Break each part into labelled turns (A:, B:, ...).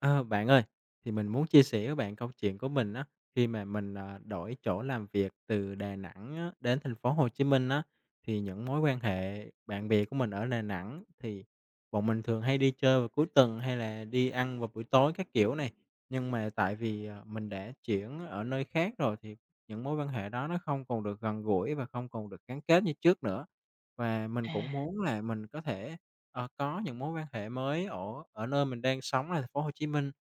A: Ờ, bạn ơi, thì mình muốn chia sẻ với bạn câu chuyện của mình á, khi mà mình, đổi chỗ làm việc từ Đà Nẵng á, đến thành phố Hồ Chí Minh á, thì những mối quan hệ bạn bè của mình ở Đà Nẵng thì bọn mình thường hay đi chơi vào cuối tuần hay là đi ăn vào buổi tối các kiểu này. Nhưng mà tại vì, mình đã chuyển ở nơi khác rồi thì những mối quan hệ đó nó không còn được gần gũi và không còn được gắn kết như trước nữa. Và mình
B: À,
A: cũng muốn là mình có thể có những mối quan hệ mới ở ở nơi mình đang sống là thành phố Hồ Chí Minh,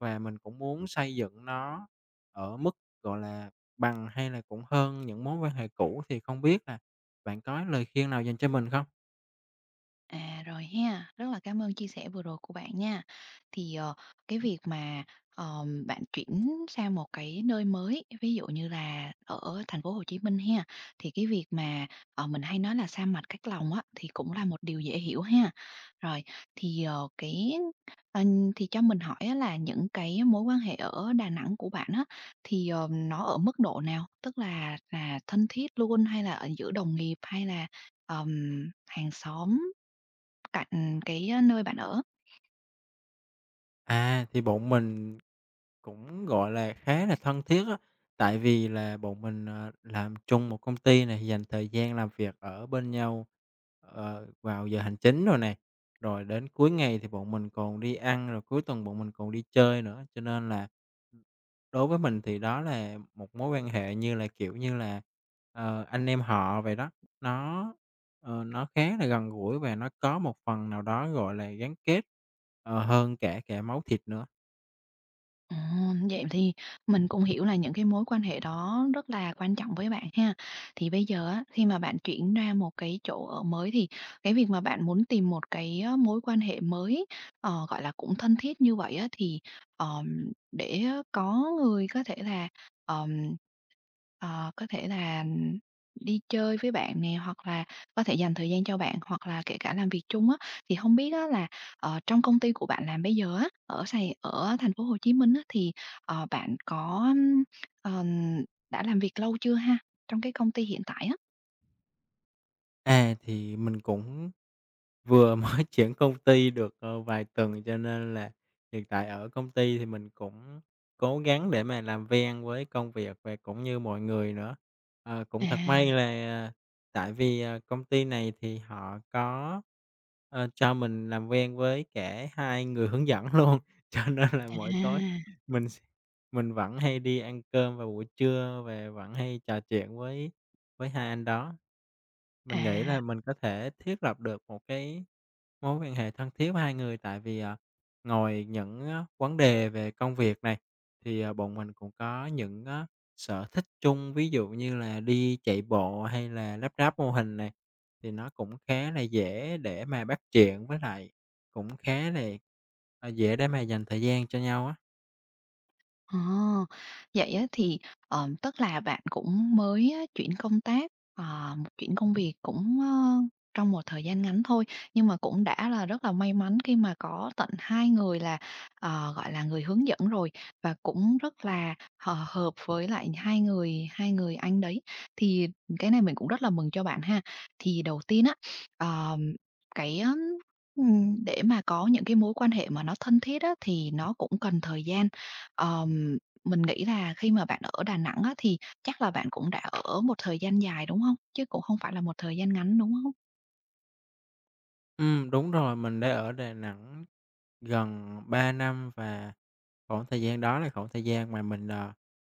A: và mình cũng muốn xây dựng nó ở mức, gọi là, bằng hay là cũng hơn những mối quan hệ cũ. Thì không biết là bạn có lời khuyên nào dành cho mình không?
B: Rồi ha. Rất là cảm ơn chia sẻ vừa rồi của bạn nha. Thì, ờ, cái việc mà, bạn chuyển sang một cái nơi mới, ví dụ như là ở thành phố Hồ Chí Minh ha, thì cái việc mà, mình hay nói là xa mặt cách lòng á, thì cũng là một điều dễ hiểu ha. Rồi, thì, ờ, cái thì cho mình hỏi á là những cái mối quan hệ ở Đà Nẵng của bạn á, nó ở mức độ nào? Tức là thân thiết luôn hay là ở giữa đồng nghiệp hay là, ờm, hàng xóm? Cạnh cái, nơi bạn ở.
A: À, thì bọn mình cũng, gọi là, khá là thân thiết á, tại vì là bọn mình, làm chung một công ty này, dành thời gian làm việc ở bên nhau, vào giờ hành chính rồi nè, rồi đến cuối ngày thì bọn mình còn đi ăn, rồi cuối tuần bọn mình còn đi chơi nữa. Cho nên là, đối với mình thì đó là một mối quan hệ như là, kiểu như là, anh em họ vậy đó, nó, nó khá là gần gũi và nó có một phần nào đó, gọi là, gắn kết, hơn cả cả máu thịt nữa.
B: Ồ, vậy thì mình cũng hiểu là những cái mối quan hệ đó rất là quan trọng với bạn ha. Thì bây giờ á, khi mà bạn chuyển ra một cái chỗ ở mới thì cái việc mà bạn muốn tìm một cái, mối quan hệ mới, gọi là, cũng thân thiết như vậy á, thì, ờm, để có người có thể là, ờm, ờ, có thể là đi chơi với bạn nè, hoặc là có thể dành thời gian cho bạn, hoặc là kể cả làm việc chung á, thì không biết á là trong công ty của bạn làm bây giờ á, ở thành phố Hồ Chí Minh á, thì, bạn có, ờm, đã làm việc lâu chưa ha? Trong cái công ty hiện tại á?
A: À, thì mình cũng vừa mới chuyển công ty được, vài tuần, cho nên là hiện tại ở công ty thì mình cũng cố gắng để mà làm quen với công việc và cũng như mọi người nữa. Cũng thật may
B: À,
A: là tại vì, công ty này thì họ có, cho mình làm quen với cả 2 người hướng dẫn luôn, cho nên là
B: à,
A: mỗi tối mình s mình vẫn hay đi ăn cơm vào buổi trưa và vẫn hay trò chuyện với hai anh đó.
B: à.
A: Mình nghĩ là mình có thể thiết lập được một cái mối quan hệ thân thiết với hai người, tại vì, ngoài những á vấn đề về công việc này, thì, bọn mình cũng có những á sở thích chung, ví dụ như là đi chạy bộ hay là lắp ráp mô hình này, thì nó cũng khá là dễ để mà bắt chuyện, với lại cũng khá là, dễ để mà dành thời gian cho nhau á.
B: Ờ, vậy á thì, tức là bạn cũng mới á chuyển công tác, một chuyển công việc cũng, trong một thời gian ngắn thôi, nhưng mà cũng đã là rất là may mắn khi mà có tận 2 người là, gọi là, người hướng dẫn rồi và cũng rất là hợp với lại hai người anh đấy. Thì cái này mình cũng rất là mừng cho bạn ha. Thì đầu tiên á, ờm, cái, để mà có những cái mối quan hệ mà nó thân thiết á thì nó cũng cần thời gian. Ờm, mình nghĩ là khi mà bạn ở Đà Nẵng á, thì chắc là bạn cũng đã ở một thời gian dài, đúng không? Chứ cũng không phải là một thời gian ngắn, đúng không?
A: Đúng rồi, mình đã ở Đà Nẵng gần 3 năm, và khoảng thời gian đó là khoảng thời gian mà mình, ờ,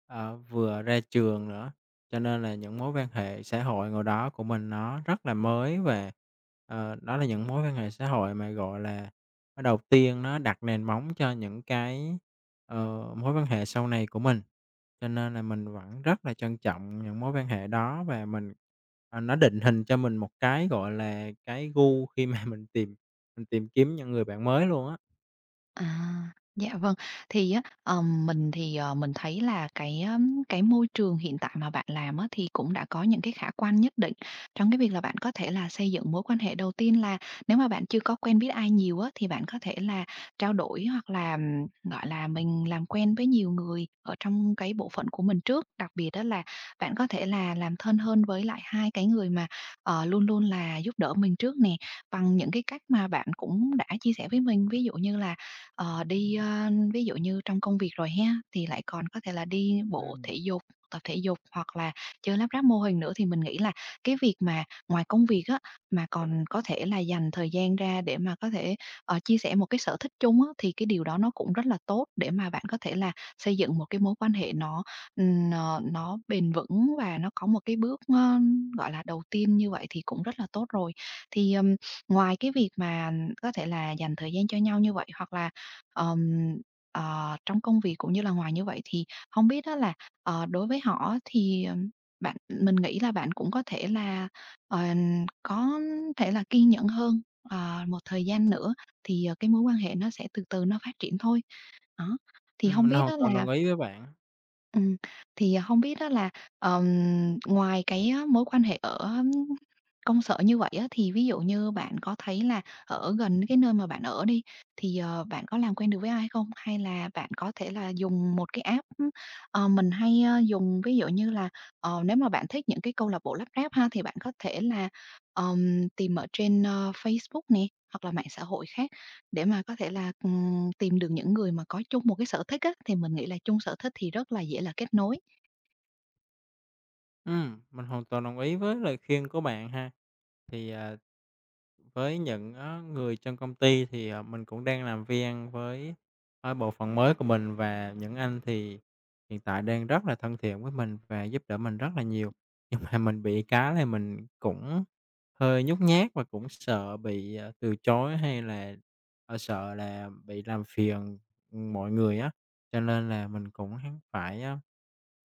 A: ờ, vừa ra trường nữa, cho nên là những mối quan hệ xã hội ngồi đó của mình nó rất là mới, và, đó là những mối quan hệ xã hội mà, gọi là, nó đầu tiên nó đặt nền móng cho những cái, mối quan hệ sau này của mình. Cho nên là mình vẫn rất là trân trọng những mối quan hệ đó, và mình, nó định hình cho mình một cái, gọi là, cái gu khi mà mình tìm kiếm những người bạn mới luôn á.
B: À, dạ vâng. Thì á, mình thì, mình thấy là cái, cái môi trường hiện tại mà bạn làm á, thì cũng đã có những cái khả quan nhất định trong cái việc là bạn có thể là xây dựng mối quan hệ. Đầu tiên là nếu mà bạn chưa có quen biết ai nhiều á, thì bạn có thể là trao đổi hoặc là, gọi là, mình làm quen với nhiều người ở trong cái bộ phận của mình trước. Đặc biệt đó là bạn có thể là làm thân hơn với lại 2 cái người mà, luôn luôn là giúp đỡ mình trước nè, bằng những cái cách mà bạn cũng đã chia sẻ với mình. Ví dụ như là ví dụ như trong công việc rồi ha, thì lại còn có thể là đi bộ thể
A: Ừm.
B: dục, tập thể dục hoặc là chơi lắp ráp mô hình nữa, thì mình nghĩ là cái việc mà ngoài công việc á, mà còn có thể là dành thời gian ra để mà có thể, chia sẻ một cái sở thích chung á, thì cái điều đó nó cũng rất là tốt để mà bạn có thể là xây dựng một cái mối quan hệ nó, nó bền vững và nó có một cái bước, gọi là, đầu tiên như vậy thì cũng rất là tốt rồi. Thì, ừm, ngoài cái việc mà có thể là dành thời gian cho nhau như vậy hoặc là Ờm, trong công việc cũng như là ngoài như vậy thì không biết đó là, đối với họ thì, bạn mình nghĩ là bạn cũng có thể là, ờ, có thể là kiên nhẫn hơn, một thời gian nữa thì, cái mối quan hệ nó sẽ từ từ nó phát triển thôi. Đó, thì không
A: Mình
B: biết
A: hoàn
B: đó
A: toàn
B: là
A: đồng ý với bạn.
B: Ừm, thì không biết đó là, ờm, ngoài cái á mối quan hệ ở công sở như vậy á, thì ví dụ như bạn có thấy là ở gần cái nơi mà bạn ở đi, thì, bạn có làm quen được với ai không? Hay là bạn có thể là dùng một cái app, mình hay, dùng ví dụ như là, nếu mà bạn thích những cái câu lạc bộ lắp ráp ha, thì bạn có thể là, tìm ở trên, Facebook nè, hoặc là mạng xã hội khác. Để mà có thể là, tìm được những người mà có chung một cái sở thích á, thì mình nghĩ là chung sở thích thì rất là dễ là kết nối.
A: Mình hoàn toàn đồng ý với lời khuyên của bạn ha. Thì, với những á người trong công ty thì, mình cũng đang làm viên với, bộ phận mới của mình, và những anh thì hiện tại đang rất là thân thiện với mình và giúp đỡ mình rất là nhiều. Nhưng mà mình bị cái là mình cũng hơi nhút nhát và cũng sợ bị, từ chối, hay là, sợ là bị làm phiền mọi người á, cho nên là mình cũng phải,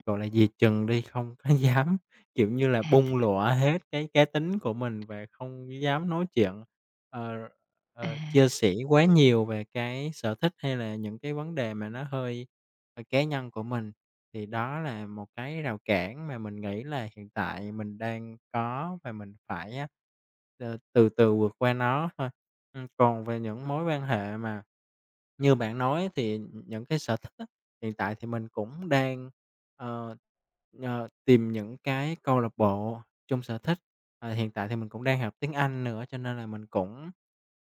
A: gọi là, gì chừng đi, không có dám, kiểu như là,
B: À,
A: bung lụa hết cái cá tính của mình, và không dám nói chuyện, ờ,
B: à.
A: chia sẻ quá nhiều về cái sở thích hay là những cái vấn đề mà nó hơi, cá nhân của mình. Thì đó là một cái rào cản mà mình nghĩ là hiện tại mình đang có, và mình phải á, từ từ vượt qua nó thôi. Còn về những mối quan hệ mà như bạn nói, thì những cái sở thích á, hiện tại thì mình cũng đang, ờ, tìm những cái câu lạc bộ chung sở thích. Hiện tại thì mình cũng đang học tiếng Anh nữa, cho nên là mình cũng,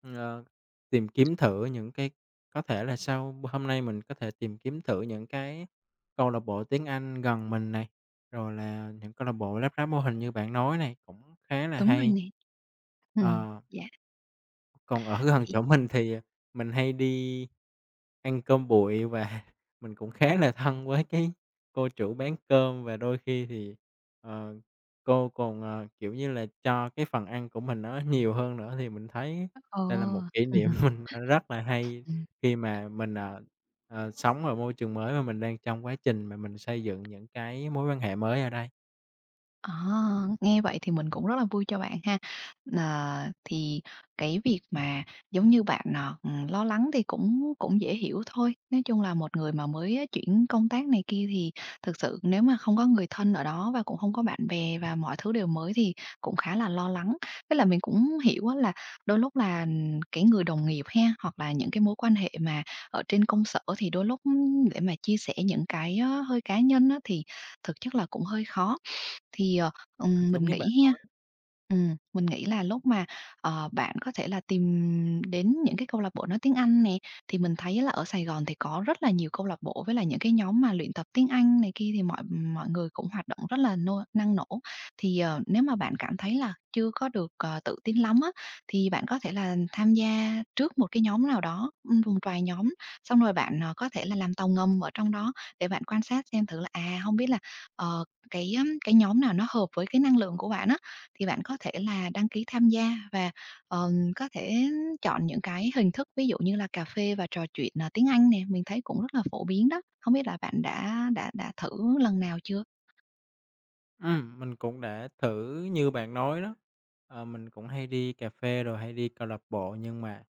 A: ờ, tìm kiếm thử những cái, có thể là sau b hôm nay mình có thể tìm kiếm thử những cái câu lạc bộ tiếng Anh gần mình này, rồi là những câu lạc bộ lắp ráp mô hình như bạn nói này, cũng khá là
B: Đúng rồi
A: hay.
B: nè. Ừm.
A: Ờ.
B: Dạ,
A: Còn ở gần
B: thì
A: chỗ mình thì, mình hay đi ăn cơm bụi, và mình cũng khá là thân với cái cô chủ bán cơm, và đôi khi thì, ờ, cô còn, kiểu như là, cho cái phần ăn của mình nó nhiều hơn nữa, thì mình thấy
B: Ờ.
A: đây là một kỷ niệm mình, rất là hay khi mà mình, sống ở môi trường mới, và mình đang trong quá trình mà mình xây dựng những cái mối quan hệ mới ở đây.
B: À, nghe vậy thì mình cũng rất là vui cho bạn ha. Nà, thì cái việc mà giống như bạn nà, lo lắng thì cũng cũng dễ hiểu thôi. Nói chung là một người mà mới, chuyển công tác này kia thì thực sự nếu mà không có người thân ở đó và cũng không có bạn bè và mọi thứ đều mới thì cũng khá là lo lắng. Tức là mình cũng hiểu á là đôi lúc là, cái người đồng nghiệp ha, hoặc là những cái mối quan hệ mà ở trên công sở thì đôi lúc, để mà chia sẻ những cái, hơi cá nhân á thì thực chất là cũng hơi khó. Thì, ờ,
A: Đúng
B: mình
A: như bạn
B: nghĩ ha
A: nói.
B: mình nghĩ là lúc mà, bạn có thể là tìm đến những cái câu lạc bộ nói tiếng Anh nè, thì mình thấy là ở Sài Gòn thì có rất là nhiều câu lạc bộ với là những cái nhóm mà luyện tập tiếng Anh này kia thì mọi mọi người cũng hoạt động rất là nô năng nổ. Thì, nếu mà bạn cảm thấy là chưa có được, tự tin lắm á, thì bạn có thể là tham gia trước một cái nhóm nào đó, một vài nhóm, xong rồi bạn, có thể là làm tàu ngầm ở trong đó để bạn quan sát xem thử là, không biết là, ờ cái nhóm nào nó hợp với cái năng lượng của bạn á, thì bạn có thể là đăng ký tham gia và, có thể chọn những cái hình thức ví dụ như là cà phê và trò chuyện, tiếng Anh nè, mình thấy cũng rất là phổ biến đó. Không biết là bạn đã thử lần nào chưa?
A: Mình cũng đã thử như bạn nói đó, mình cũng hay đi cà phê rồi hay đi câu lạc bộ, nhưng mà,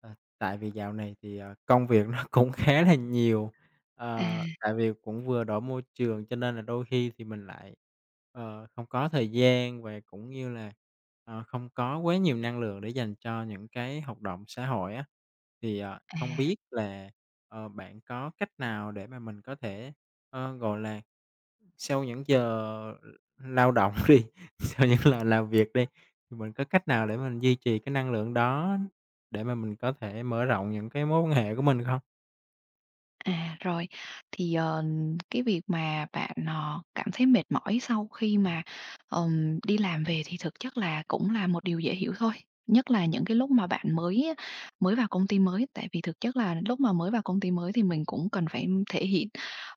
A: tại vì dạo này thì, công việc nó cũng khá là nhiều,
B: À.
A: tại vì cũng vừa đổi môi trường, cho nên là đôi khi thì mình lại, không có thời gian, và cũng như là, không có quá nhiều năng lượng để dành cho những cái hoạt động xã hội á. Thì, không biết là, bạn có cách nào để mà mình có thể, gọi là, sau những giờ lao động đi, sau những lần làm việc đi, thì mình có cách nào để mình duy trì cái năng lượng đó, để mà mình có thể mở rộng những cái mối quan hệ của mình không?
B: À, rồi. Thì, cái việc mà bạn, cảm thấy mệt mỏi sau khi mà, đi làm về thì thực chất là cũng là một điều dễ hiểu thôi, nhất là những cái lúc mà bạn mới mới vào công ty mới. Tại vì thực chất là lúc mà mới vào công ty mới thì mình cũng cần phải thể hiện,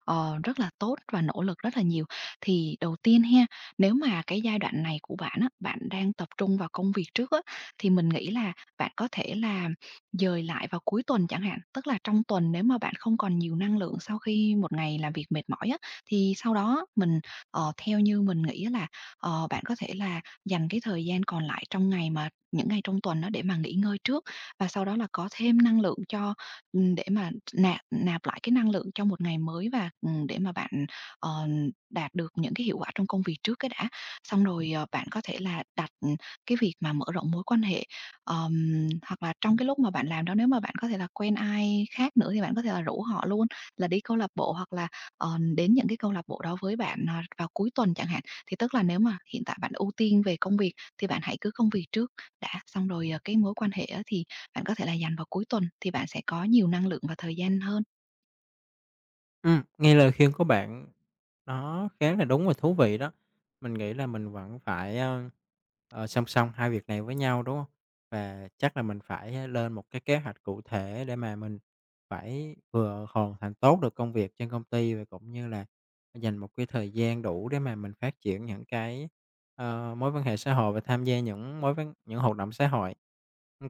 B: rất là tốt và nỗ lực rất là nhiều. Thì đầu tiên ha, nếu mà cái giai đoạn này của bạn á, bạn đang tập trung vào công việc trước á, thì mình nghĩ là bạn có thể là dời lại vào cuối tuần chẳng hạn, tức là trong tuần nếu mà bạn không còn nhiều năng lượng sau khi một ngày làm việc mệt mỏi á, thì sau đó mình, theo như mình nghĩ á là, bạn có thể là dành cái thời gian còn lại trong ngày mà những ngày trong tuần đó để mà nghỉ ngơi trước và sau đó là có thêm năng lượng cho để mà nạp nạp lại cái năng lượng cho một ngày mới và, để mà bạn, ờ, đạt được những cái hiệu quả trong công việc trước cái đã. Xong rồi, bạn có thể là đặt, cái việc mà mở rộng mối quan hệ Ờm, hoặc là trong cái lúc mà bạn làm đó nếu mà bạn có thể là quen ai khác nữa thì bạn có thể là rủ họ luôn là đi câu lạc bộ hoặc là, đến những cái câu lạc bộ đó với bạn, vào cuối tuần chẳng hạn. Thì tức là nếu mà hiện tại bạn ưu tiên về công việc thì bạn hãy cứ công việc trước đã, xong rồi, cái mối quan hệ á thì bạn có thể là dành vào cuối tuần thì bạn sẽ có nhiều năng lượng và thời gian hơn.
A: Nghe lời khuyên của bạn nó khá là đúng và thú vị đó. Mình nghĩ là mình vẫn phải, song song hai việc này với nhau, đúng không? Và chắc là mình phải, lên một cái kế hoạch cụ thể để mà mình phải vừa hoàn thành tốt được công việc trên công ty, và cũng như là dành một cái thời gian đủ để mà mình phát triển những cái, mối quan hệ xã hội và tham gia những mối vấn những hoạt động xã hội.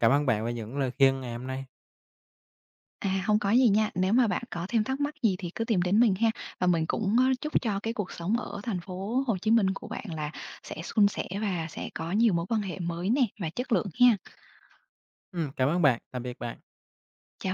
A: Cảm ơn bạn về những lời khuyên ngày hôm nay.
B: À, hông có gì nha. Nếu mà bạn có thêm thắc mắc gì thì cứ tìm đến mình ha. Và mình cũng, chúc cho cái cuộc sống ở thành phố Hồ Chí Minh của bạn là sẽ suôn sẻ và sẽ có nhiều mối quan hệ mới nè và chất lượng ha.
A: Cảm ơn bạn, tạm biệt bạn.
B: Chào bạn.